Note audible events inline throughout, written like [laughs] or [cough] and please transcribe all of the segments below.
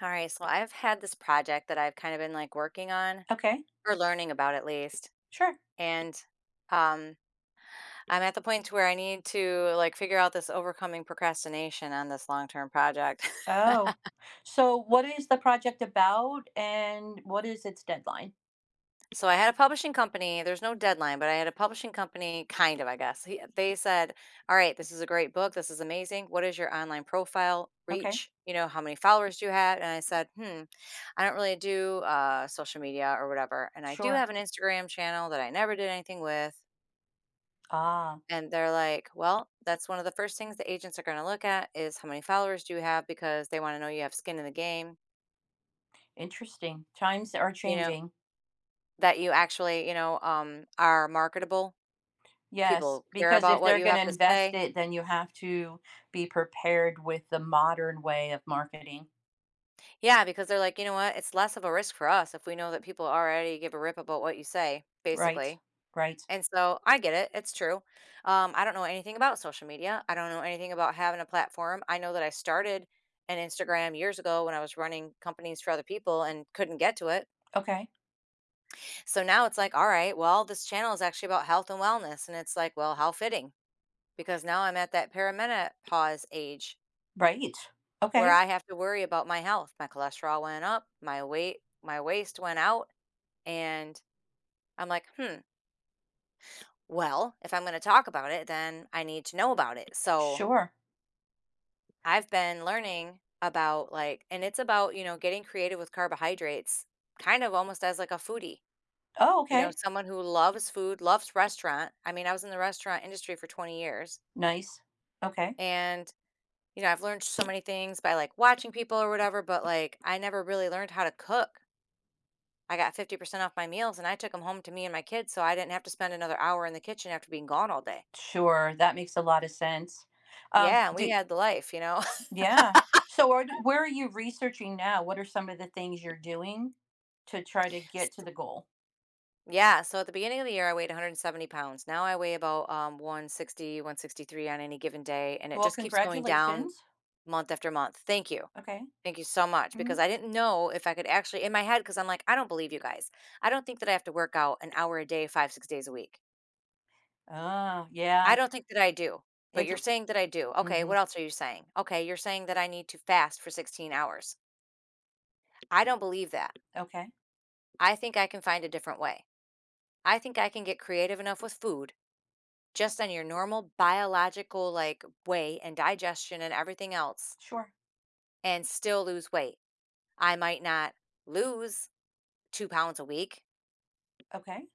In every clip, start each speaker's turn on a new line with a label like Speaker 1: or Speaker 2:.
Speaker 1: All right, so I've had this project that I've kind of been like working on
Speaker 2: Okay,
Speaker 1: or learning about at least.
Speaker 2: sure.
Speaker 1: And um I'm at the point to where I need to like figure out this overcoming procrastination on this long-term project.
Speaker 2: Oh, so what is the project about and what is its deadline?
Speaker 1: [laughs] So I had a publishing company, there's no deadline, but I had a publishing company kind of, I guess. He, they said, "All right, this is a great book. This is amazing. What is your online profile
Speaker 2: Okay,
Speaker 1: reach? You know, how many followers do you have?" And I said, "Hmm, I don't really do social media or whatever. And I do
Speaker 2: sure.
Speaker 1: have an Instagram channel that I never did anything with.
Speaker 2: Ah,
Speaker 1: And they're like, well, that's one of the first things the agents are going to look at is how many followers do you have because they want to know you have skin in the game,
Speaker 2: interesting. Times are
Speaker 1: you know,
Speaker 2: changing.
Speaker 1: that you actually, are marketable.
Speaker 2: Yes,
Speaker 1: People care
Speaker 2: because
Speaker 1: about
Speaker 2: if
Speaker 1: what
Speaker 2: they're
Speaker 1: you
Speaker 2: going
Speaker 1: have
Speaker 2: to
Speaker 1: to
Speaker 2: invest
Speaker 1: say.
Speaker 2: it, then you have to be prepared with the modern way of marketing.
Speaker 1: Yeah, because they're like, you know what? It's less of a risk for us if we know that people already give a rip about what you say,
Speaker 2: Right,
Speaker 1: basically.
Speaker 2: right.
Speaker 1: And so I get it. It's true. I don't know anything about social media. I don't know anything about having a platform. I know that I started an Instagram years ago when I was running companies for other people and couldn't get to it.
Speaker 2: Okay,
Speaker 1: So now it's like, all right, well, this channel is actually about health and wellness. And it's like, well, how fitting because now I'm at that perimenopause age
Speaker 2: right.
Speaker 1: where
Speaker 2: Okay,
Speaker 1: I have to worry about my health. My cholesterol went up, my weight, my waist went out. And I'm like, hmm, well, if I'm going to talk about it, then I need to know about it. So
Speaker 2: sure.
Speaker 1: I've been learning about like, and it's about, you know, getting creative with carbohydrates, kind of almost as like a foodie,
Speaker 2: Oh,
Speaker 1: you know,
Speaker 2: okay.
Speaker 1: someone who loves food, loves restaurant. I mean, I was in the restaurant industry for 20 years,
Speaker 2: Nice. Okay,
Speaker 1: and you know, I've learned so many things by like watching people or whatever, but like I never really learned how to cook. I got 50% off my meals and I took them home to me and my kids, so I didn't have to spend another hour in the kitchen after being gone all day.
Speaker 2: sure. That makes a lot of sense. Um,
Speaker 1: Yeah, we
Speaker 2: do,
Speaker 1: had the life, you know. [laughs]
Speaker 2: Yeah. So are, where are you researching now? What are some of the things you're doing to try to get to
Speaker 1: S-
Speaker 2: the goal?
Speaker 1: yeah, so at the beginning of the year I weighed 170 pounds. Now I weigh about 160 on any given day, and it
Speaker 2: Well,
Speaker 1: just keeps going down
Speaker 2: congratulations.
Speaker 1: month after month. Thank you.
Speaker 2: Okay.
Speaker 1: Thank you so much, because
Speaker 2: Mm.
Speaker 1: I didn't know if I could actually, in my head, because I'm like, I don't believe you guys. I don't think that I have to work out an hour a day, five, 6 days a week.
Speaker 2: Ah,
Speaker 1: I
Speaker 2: yeah.
Speaker 1: don't think that I do. But
Speaker 2: It's
Speaker 1: you're saying that I do. Okay,
Speaker 2: mm-hmm.
Speaker 1: what else are you saying? Okay, you're saying that I need to fast for 16 hours. I don't believe that.
Speaker 2: Okay.
Speaker 1: I think I can find a different way. I think I can get creative enough with food, just on your normal biological like way and digestion and everything else,
Speaker 2: Sure.
Speaker 1: and still lose weight. I might not lose 2 pounds a week,
Speaker 2: Okay.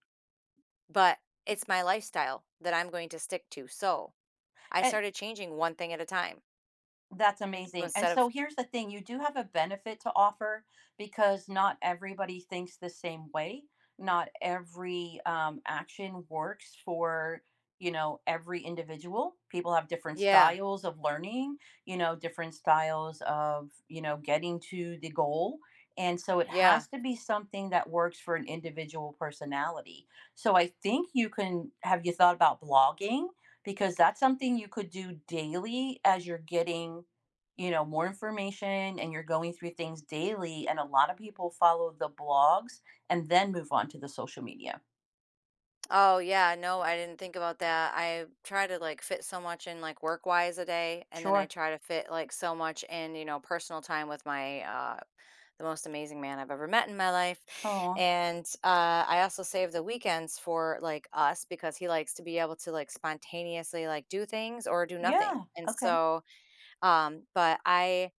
Speaker 1: but it's my lifestyle that I'm going to stick to. So I
Speaker 2: And.
Speaker 1: started changing one thing at a time.
Speaker 2: That's
Speaker 1: So
Speaker 2: amazing. And
Speaker 1: instead
Speaker 2: so
Speaker 1: of,
Speaker 2: here's the thing, you do have a benefit to offer because not everybody thinks the same way. Not every action works for, you know, every individual. People have different
Speaker 1: yeah,
Speaker 2: styles of learning, you know, different styles of, you know, getting to the goal. And so it
Speaker 1: yeah.
Speaker 2: has to be something that works for an individual personality. So I think you can, have you thought about blogging? Because that's something you could do daily as you're getting, you know, more information and you're going through things daily, and a lot of people follow the blogs and then move on to the social media.
Speaker 1: Oh, yeah. No, I didn't think about that. I try to like fit so much in like work wise a day. And then I
Speaker 2: Sure.
Speaker 1: try to fit like so much in, you know, personal time with my, the most amazing man I've ever met in my life.
Speaker 2: Oh,
Speaker 1: And I also save the weekends for like us because he likes to be able to like spontaneously like do things or do nothing.
Speaker 2: yeah.
Speaker 1: And
Speaker 2: Okay.
Speaker 1: so, um, but I,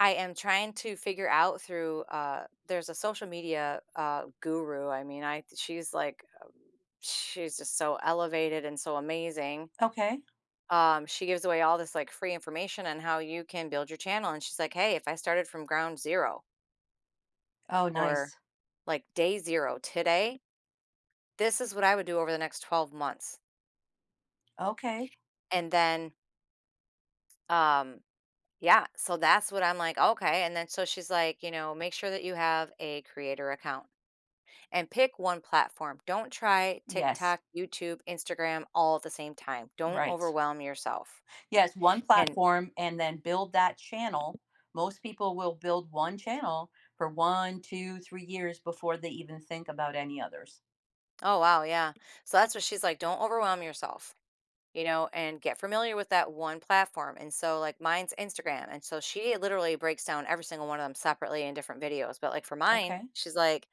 Speaker 1: I am trying to figure out through there's a social media guru. I mean, I she's like, she's just so elevated and so amazing.
Speaker 2: Okay.
Speaker 1: She gives away all this like free information on how you can build your channel, and she's like, "Hey, if I started from ground zero
Speaker 2: Oh,
Speaker 1: or
Speaker 2: nice.
Speaker 1: like day zero today, this is what I would do over the next 12 months."
Speaker 2: Okay.
Speaker 1: And then um yeah, so that's what I'm like, "Okay." And then so she's like, "You know, make sure that you have a creator account, and pick one platform. Don't try
Speaker 2: Yes,
Speaker 1: TikTok, YouTube, Instagram all at the same time. Don't
Speaker 2: right.
Speaker 1: overwhelm yourself."
Speaker 2: Yes, one
Speaker 1: And
Speaker 2: platform, and then build that channel. Most people will build one channel for 1, 2, 3 years before they even think about any others.
Speaker 1: oh, wow. Yeah. So that's what she's like. Don't overwhelm yourself, you know, and get familiar with that one platform. And so, like, mine's Instagram. And so she literally breaks down every single one of them separately in different videos. But like for mine,
Speaker 2: Okay.
Speaker 1: she's like,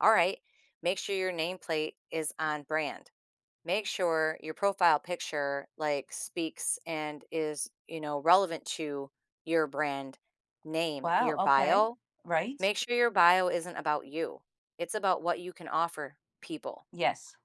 Speaker 1: all right, make sure your nameplate is on brand, make sure your profile picture like speaks and is, you know, relevant to your brand, name
Speaker 2: Wow.
Speaker 1: your
Speaker 2: Okay,
Speaker 1: bio,
Speaker 2: right.
Speaker 1: make sure your bio isn't about you, it's about what you can offer people,
Speaker 2: Yes,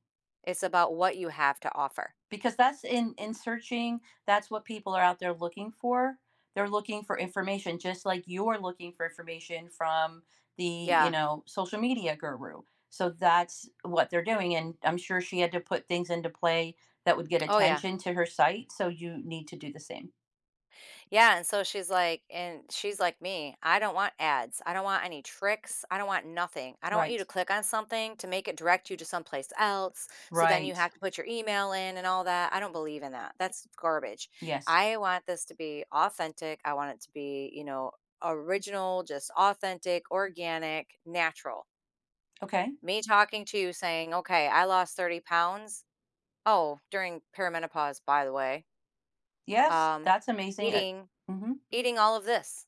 Speaker 1: it's about what you have to offer.
Speaker 2: because that's in searching, that's what people are out there looking for. They're looking for information just like you're looking for information from the, you
Speaker 1: Yeah,
Speaker 2: know, social media guru. So that's what they're doing, and I'm sure she had to put things into play that would get
Speaker 1: oh yeah.
Speaker 2: attention to her site, so you need to do the same.
Speaker 1: Yeah, and so she's like, and she's like me, "I don't want ads. I don't want any tricks. I don't want nothing. I don't want you
Speaker 2: Right.
Speaker 1: to click on something to make it direct you to someplace else, so then you
Speaker 2: Right.
Speaker 1: have to put your email in and all that. I don't believe in that. That's garbage.
Speaker 2: Yes.
Speaker 1: I want this to be authentic. I want it to be, you know, original, just authentic, organic, natural.
Speaker 2: Okay.
Speaker 1: Me talking to you saying, "Okay, I lost 30 pounds. Oh, during perimenopause, by the way.
Speaker 2: Yes,
Speaker 1: Um,
Speaker 2: that's amazing.
Speaker 1: eating
Speaker 2: Mhm.
Speaker 1: eating all of this.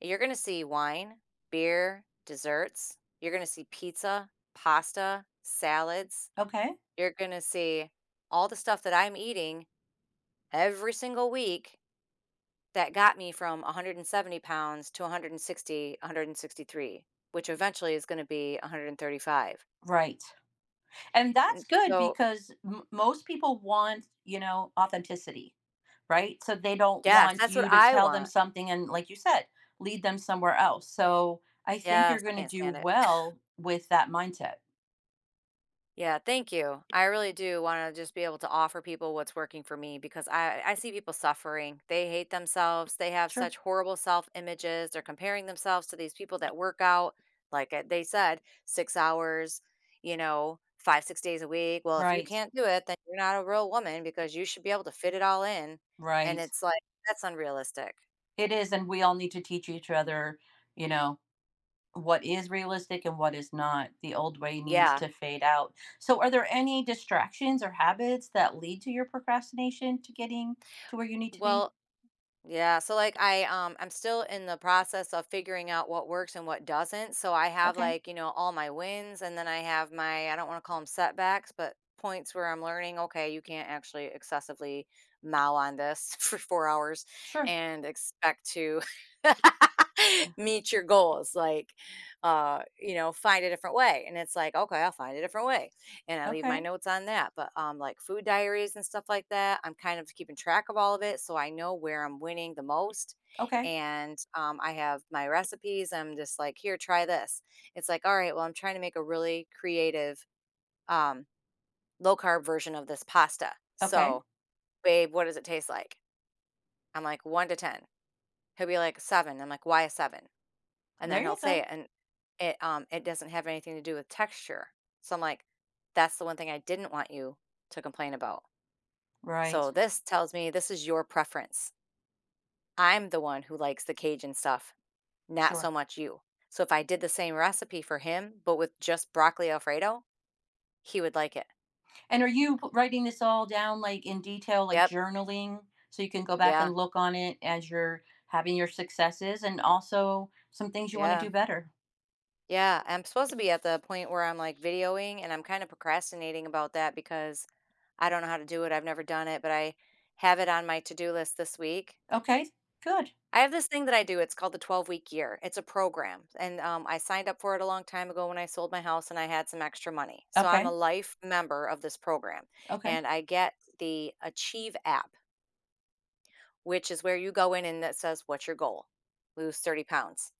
Speaker 1: You're going to see wine, beer, desserts. You're going to see pizza, pasta, salads.
Speaker 2: Okay.
Speaker 1: You're going to see all the stuff that I'm eating every single week that got me from 170 pounds to 160, 163, which eventually is going to be 135."
Speaker 2: Right. And that's
Speaker 1: And
Speaker 2: good
Speaker 1: so,
Speaker 2: because most people want, you know, authenticity, right? So they don't
Speaker 1: yes,
Speaker 2: want
Speaker 1: that's what
Speaker 2: you to
Speaker 1: I
Speaker 2: tell them
Speaker 1: want.
Speaker 2: something and, like you said, lead them somewhere else. So I think you're
Speaker 1: Yes, I
Speaker 2: going to
Speaker 1: can't
Speaker 2: do
Speaker 1: stand it.
Speaker 2: well with that mindset.
Speaker 1: Yeah, thank you. I really do want to just be able to offer people what's working for me, because I see people suffering. They hate themselves. They have
Speaker 2: Sure.
Speaker 1: such horrible self images. They're comparing themselves to these people that work out, like they said, 6 hours, you know, five, 6 days a week. Well, if you
Speaker 2: Right,
Speaker 1: can't do it, then you're not a real woman because you should be able to fit it all in. And
Speaker 2: right.
Speaker 1: it's like, that's unrealistic.
Speaker 2: It is. And we all need to teach each other, you know, what is realistic and what is not. The old way needs
Speaker 1: Yeah.
Speaker 2: to fade out. So, are there any distractions or habits that lead to your procrastination to getting to where you need to be?
Speaker 1: Well, yeah, so like I I'm still in the process of figuring out what works and what doesn't. So I have
Speaker 2: Okay,
Speaker 1: like, you know, all my wins, and then I have my, I don't want to call them setbacks, but points where I'm learning, okay, you can't actually excessively mow on this [laughs] for 4 hours
Speaker 2: sure.
Speaker 1: and expect to [laughs]
Speaker 2: Uh,
Speaker 1: meet your goals. Like you know, find a different way. And it's like, okay, I'll find a different way and I leave my
Speaker 2: okay,
Speaker 1: notes on that. But like food diaries and stuff like that, I'm kind of keeping track of all of it, so I know where I'm winning the most.
Speaker 2: okay,
Speaker 1: And I have my recipes. I'm just like, here, try this. It's like, all right, well, I'm trying to make a really creative, um, low carb version of this pasta.
Speaker 2: okay.
Speaker 1: So, babe, what does it taste like? I'm like, one to ten. He'll be like seven. I'm like, why a seven? And then
Speaker 2: There
Speaker 1: he'll
Speaker 2: you
Speaker 1: say
Speaker 2: go.
Speaker 1: it, and it doesn't have anything to do with texture. So I'm like, that's the one thing I didn't want you to complain about.
Speaker 2: Right,
Speaker 1: So this tells me this is your preference. I'm the one who likes the Cajun stuff, not so
Speaker 2: sure.
Speaker 1: much you. So if I did the same recipe for him, but with just broccoli Alfredo, he would like it.
Speaker 2: And are you writing this all down like in detail, like
Speaker 1: Yep.
Speaker 2: journaling, so you can go back
Speaker 1: Yeah.
Speaker 2: and look on it as you're having your successes and also some things you want to
Speaker 1: Yeah.
Speaker 2: do better?
Speaker 1: Yeah. I'm supposed to be at the point where I'm like videoing, and I'm kind of procrastinating about that because I don't know how to do it. I've never done it, but I have it on my to do list this week.
Speaker 2: Okay, good.
Speaker 1: I have this thing that I do, it's called the 12-week year. It's a program, and, I signed up for it a long time ago when I sold my house and I had some extra money. So I'm a
Speaker 2: Okay,
Speaker 1: life member of this program,
Speaker 2: okay.
Speaker 1: and I get the Achieve app, which is where you go in and that says, "What's your goal? Lose 30 pounds."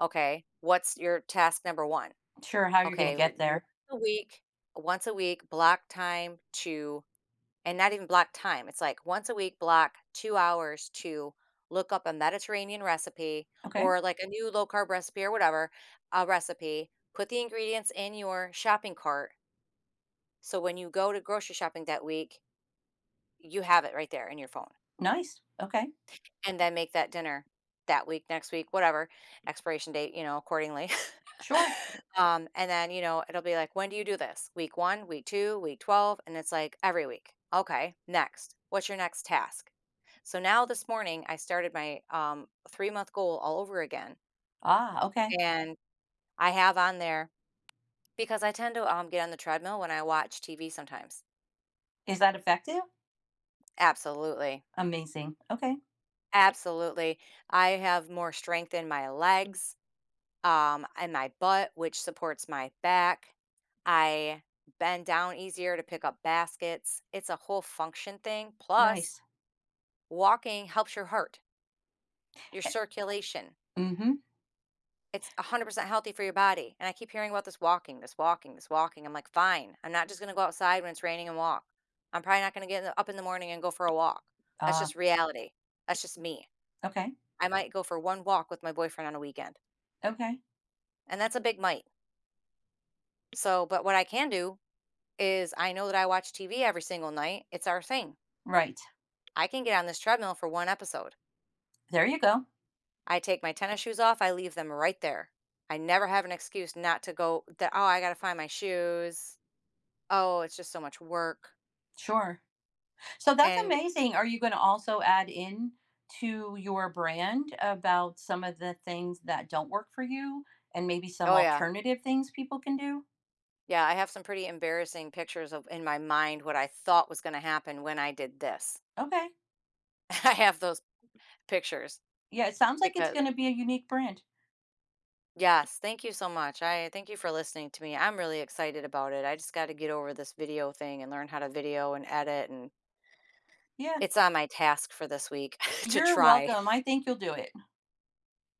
Speaker 1: Okay, "What's your task number 1?"
Speaker 2: Sure, how you're going to
Speaker 1: Okay,
Speaker 2: get there.
Speaker 1: a week once a week, block time to, and not even block time. It's like once a week, block 2 hours to look up a Mediterranean recipe
Speaker 2: Okay,
Speaker 1: or like a new low carb recipe or whatever, a recipe. Put the ingredients in your shopping cart. So when you go to grocery shopping that week, you have it right there in your phone.
Speaker 2: nice. Okay,
Speaker 1: And then make that dinner that week, next week, whatever, expiration date, you know, accordingly. [laughs]
Speaker 2: sure.
Speaker 1: And then, you know, it'll be like, when do you do this? Week one, week two, week 12. And it's like every week. Okay, next. What's your next task? So now this morning, I started my 3 month goal all over again.
Speaker 2: Ah, okay.
Speaker 1: And I have on there because I tend to get on the treadmill when I watch TV sometimes.
Speaker 2: Is that effective?
Speaker 1: Absolutely.
Speaker 2: Amazing. Okay,
Speaker 1: Absolutely. I have more strength in my legs, and my butt, which supports my back. I bend down easier to pick up baskets. It's a whole function thing. Plus,
Speaker 2: nice.
Speaker 1: walking helps your heart, your circulation.
Speaker 2: Mm hmm.
Speaker 1: It's 100% healthy for your body. And I keep hearing about this walking, this walking, this walking. I'm like, fine. I'm not just going to go outside when it's raining and walk. I'm probably not going to get up in the morning and go for a walk. That's
Speaker 2: Ah,
Speaker 1: just reality. That's just me.
Speaker 2: okay,
Speaker 1: I might go for one walk with my boyfriend on a weekend.
Speaker 2: okay.
Speaker 1: And that's a big might. So, but what I can do is I know that I watch TV every single night. It's our thing.
Speaker 2: Right.
Speaker 1: I can get on this treadmill for one episode.
Speaker 2: There you go.
Speaker 1: I take my tennis shoes off, I leave them right there. I never have an excuse not to go that, oh, I got to find my shoes. Oh, it's just so much work.
Speaker 2: Sure. So that's
Speaker 1: And
Speaker 2: amazing. Are you going to also add in to your brand about some of the things that don't work for you and maybe some
Speaker 1: oh, yeah.
Speaker 2: alternative things people can do?
Speaker 1: Yeah. I have some pretty embarrassing pictures of in my mind what I thought was going to happen when I did this.
Speaker 2: Okay.
Speaker 1: [laughs] I have those pictures
Speaker 2: Yeah, it sounds like it's
Speaker 1: because,
Speaker 2: going to be a unique brand.
Speaker 1: yes, thank you so much. I thank you for listening to me. I'm really excited about it. I just got to get over this video thing and learn how to video and edit, and
Speaker 2: Yeah.
Speaker 1: it's on my task for this week [laughs] to
Speaker 2: You're
Speaker 1: try.
Speaker 2: welcome. I think you'll do it.